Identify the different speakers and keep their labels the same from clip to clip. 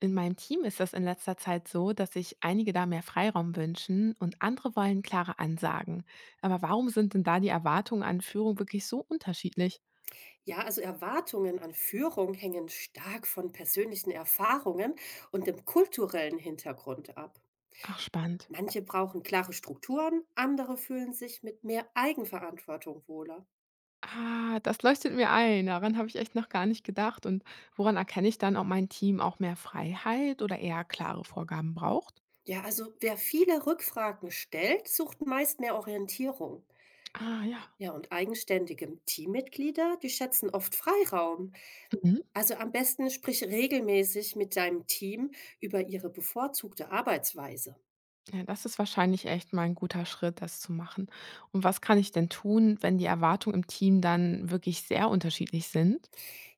Speaker 1: In meinem Team ist es in letzter Zeit so, dass sich einige da mehr Freiraum wünschen und andere wollen klare Ansagen. Aber warum sind denn da die Erwartungen an Führung wirklich so unterschiedlich?
Speaker 2: Ja, also Erwartungen an Führung hängen stark von persönlichen Erfahrungen und dem kulturellen Hintergrund ab.
Speaker 1: Ach, spannend.
Speaker 2: Manche brauchen klare Strukturen, andere fühlen sich mit mehr Eigenverantwortung wohler.
Speaker 1: Ah, das leuchtet mir ein. Daran habe ich echt noch gar nicht gedacht. Und woran erkenne ich dann, ob mein Team auch mehr Freiheit oder eher klare Vorgaben braucht?
Speaker 2: Ja, also wer viele Rückfragen stellt, sucht meist mehr Orientierung.
Speaker 1: Ah, ja.
Speaker 2: Ja, und eigenständige Teammitglieder, die schätzen oft Freiraum.
Speaker 1: Mhm.
Speaker 2: Also am besten sprich regelmäßig mit deinem Team über ihre bevorzugte Arbeitsweise.
Speaker 1: Ja, das ist wahrscheinlich echt mal ein guter Schritt, das zu machen. Und was kann ich denn tun, wenn die Erwartungen im Team dann wirklich sehr unterschiedlich sind?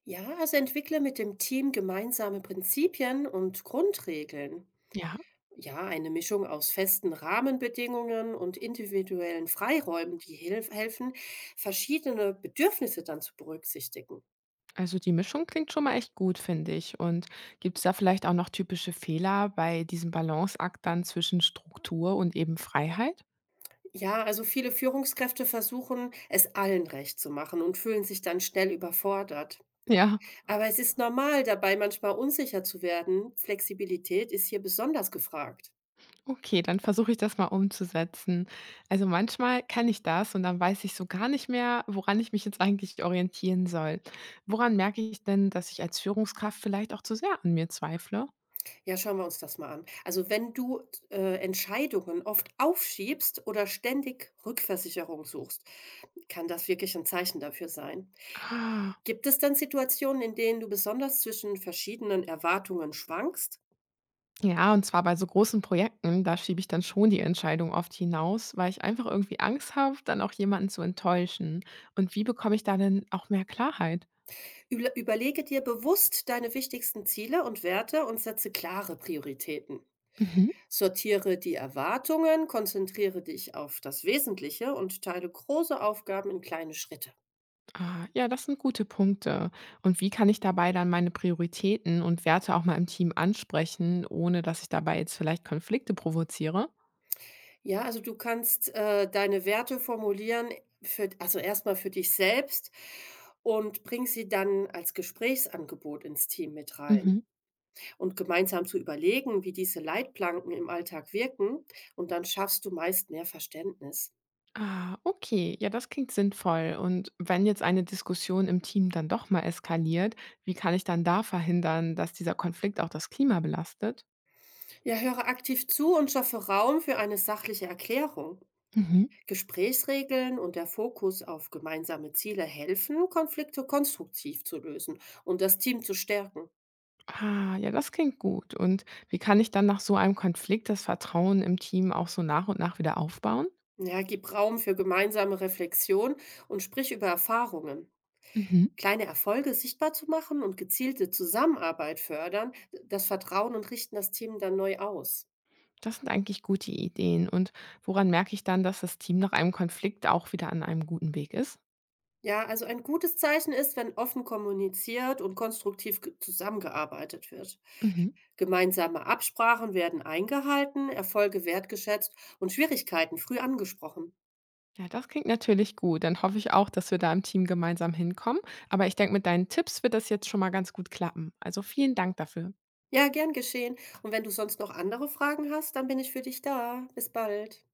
Speaker 2: Ja, also entwickle mit dem Team gemeinsame Prinzipien und Grundregeln.
Speaker 1: Ja.
Speaker 2: Ja, eine Mischung aus festen Rahmenbedingungen und individuellen Freiräumen, die hilf helfen, verschiedene Bedürfnisse dann zu berücksichtigen.
Speaker 1: Also die Mischung klingt schon mal echt gut, finde ich. Und gibt es da vielleicht auch noch typische Fehler bei diesem Balanceakt dann zwischen Struktur und eben Freiheit?
Speaker 2: Ja, also viele Führungskräfte versuchen, es allen recht zu machen und fühlen sich dann schnell überfordert.
Speaker 1: Ja,
Speaker 2: Aber es ist normal, dabei manchmal unsicher zu werden. Flexibilität ist hier besonders gefragt.
Speaker 1: okay, dann versuche ich das mal umzusetzen. Also manchmal kann ich das und dann weiß ich so gar nicht mehr, woran ich mich jetzt eigentlich orientieren soll. Woran merke ich denn, dass ich als Führungskraft vielleicht auch zu sehr an mir zweifle?
Speaker 2: Ja, schauen wir uns das mal an. Also wenn du Entscheidungen oft aufschiebst oder ständig Rückversicherung suchst, kann das wirklich ein Zeichen dafür sein.
Speaker 1: Ah.
Speaker 2: Gibt es dann Situationen, in denen du besonders zwischen verschiedenen Erwartungen schwankst?
Speaker 1: Ja, und zwar bei so großen Projekten, da schiebe ich dann schon die Entscheidung oft hinaus, weil ich einfach irgendwie Angst habe, dann auch jemanden zu enttäuschen. Und wie bekomme ich da denn auch mehr Klarheit?
Speaker 2: Überlege dir bewusst deine wichtigsten Ziele und Werte und setze klare Prioritäten.
Speaker 1: Mhm.
Speaker 2: Sortiere die Erwartungen, konzentriere dich auf das Wesentliche und teile große Aufgaben in kleine Schritte.
Speaker 1: Ah, ja, das sind gute Punkte. Und wie kann ich dabei dann meine Prioritäten und Werte auch mal im Team ansprechen, ohne dass ich dabei jetzt vielleicht Konflikte provoziere?
Speaker 2: Ja, also du kannst, deine Werte formulieren für also erstmal für dich selbst und bring sie dann als Gesprächsangebot ins Team mit rein.
Speaker 1: Mhm.
Speaker 2: Und gemeinsam zu überlegen, wie diese Leitplanken im Alltag wirken und dann schaffst du meist mehr Verständnis.
Speaker 1: Ah, okay. Ja, das klingt sinnvoll. Und wenn jetzt eine Diskussion im Team dann doch mal eskaliert, wie kann ich dann da verhindern, dass dieser Konflikt auch das Klima belastet?
Speaker 2: Ja, höre aktiv zu und schaffe Raum für eine sachliche Erklärung.
Speaker 1: Mhm.
Speaker 2: Gesprächsregeln und der Fokus auf gemeinsame Ziele helfen, Konflikte konstruktiv zu lösen und das Team zu stärken.
Speaker 1: Ah, ja, das klingt gut. Und wie kann ich dann nach so einem Konflikt das Vertrauen im Team auch so nach und nach wieder aufbauen?
Speaker 2: Ja, gib Raum für gemeinsame Reflexion und sprich über Erfahrungen.
Speaker 1: Mhm.
Speaker 2: Kleine Erfolge sichtbar zu machen und gezielte Zusammenarbeit fördern, das Vertrauen und richten das Team dann neu aus.
Speaker 1: Das sind eigentlich gute Ideen. Und woran merke ich dann, dass das Team nach einem Konflikt auch wieder an einem guten Weg ist?
Speaker 2: Ja, also ein gutes Zeichen ist, wenn offen kommuniziert und konstruktiv zusammengearbeitet wird.
Speaker 1: Mhm.
Speaker 2: Gemeinsame Absprachen werden eingehalten, Erfolge wertgeschätzt und Schwierigkeiten früh angesprochen.
Speaker 1: Ja, das klingt natürlich gut. Dann hoffe ich auch, dass wir da im Team gemeinsam hinkommen. Aber ich denke, mit deinen Tipps wird das jetzt schon mal ganz gut klappen. Also vielen Dank dafür.
Speaker 2: Ja, gern geschehen. Und wenn du sonst noch andere Fragen hast, dann bin ich für dich da. Bis bald.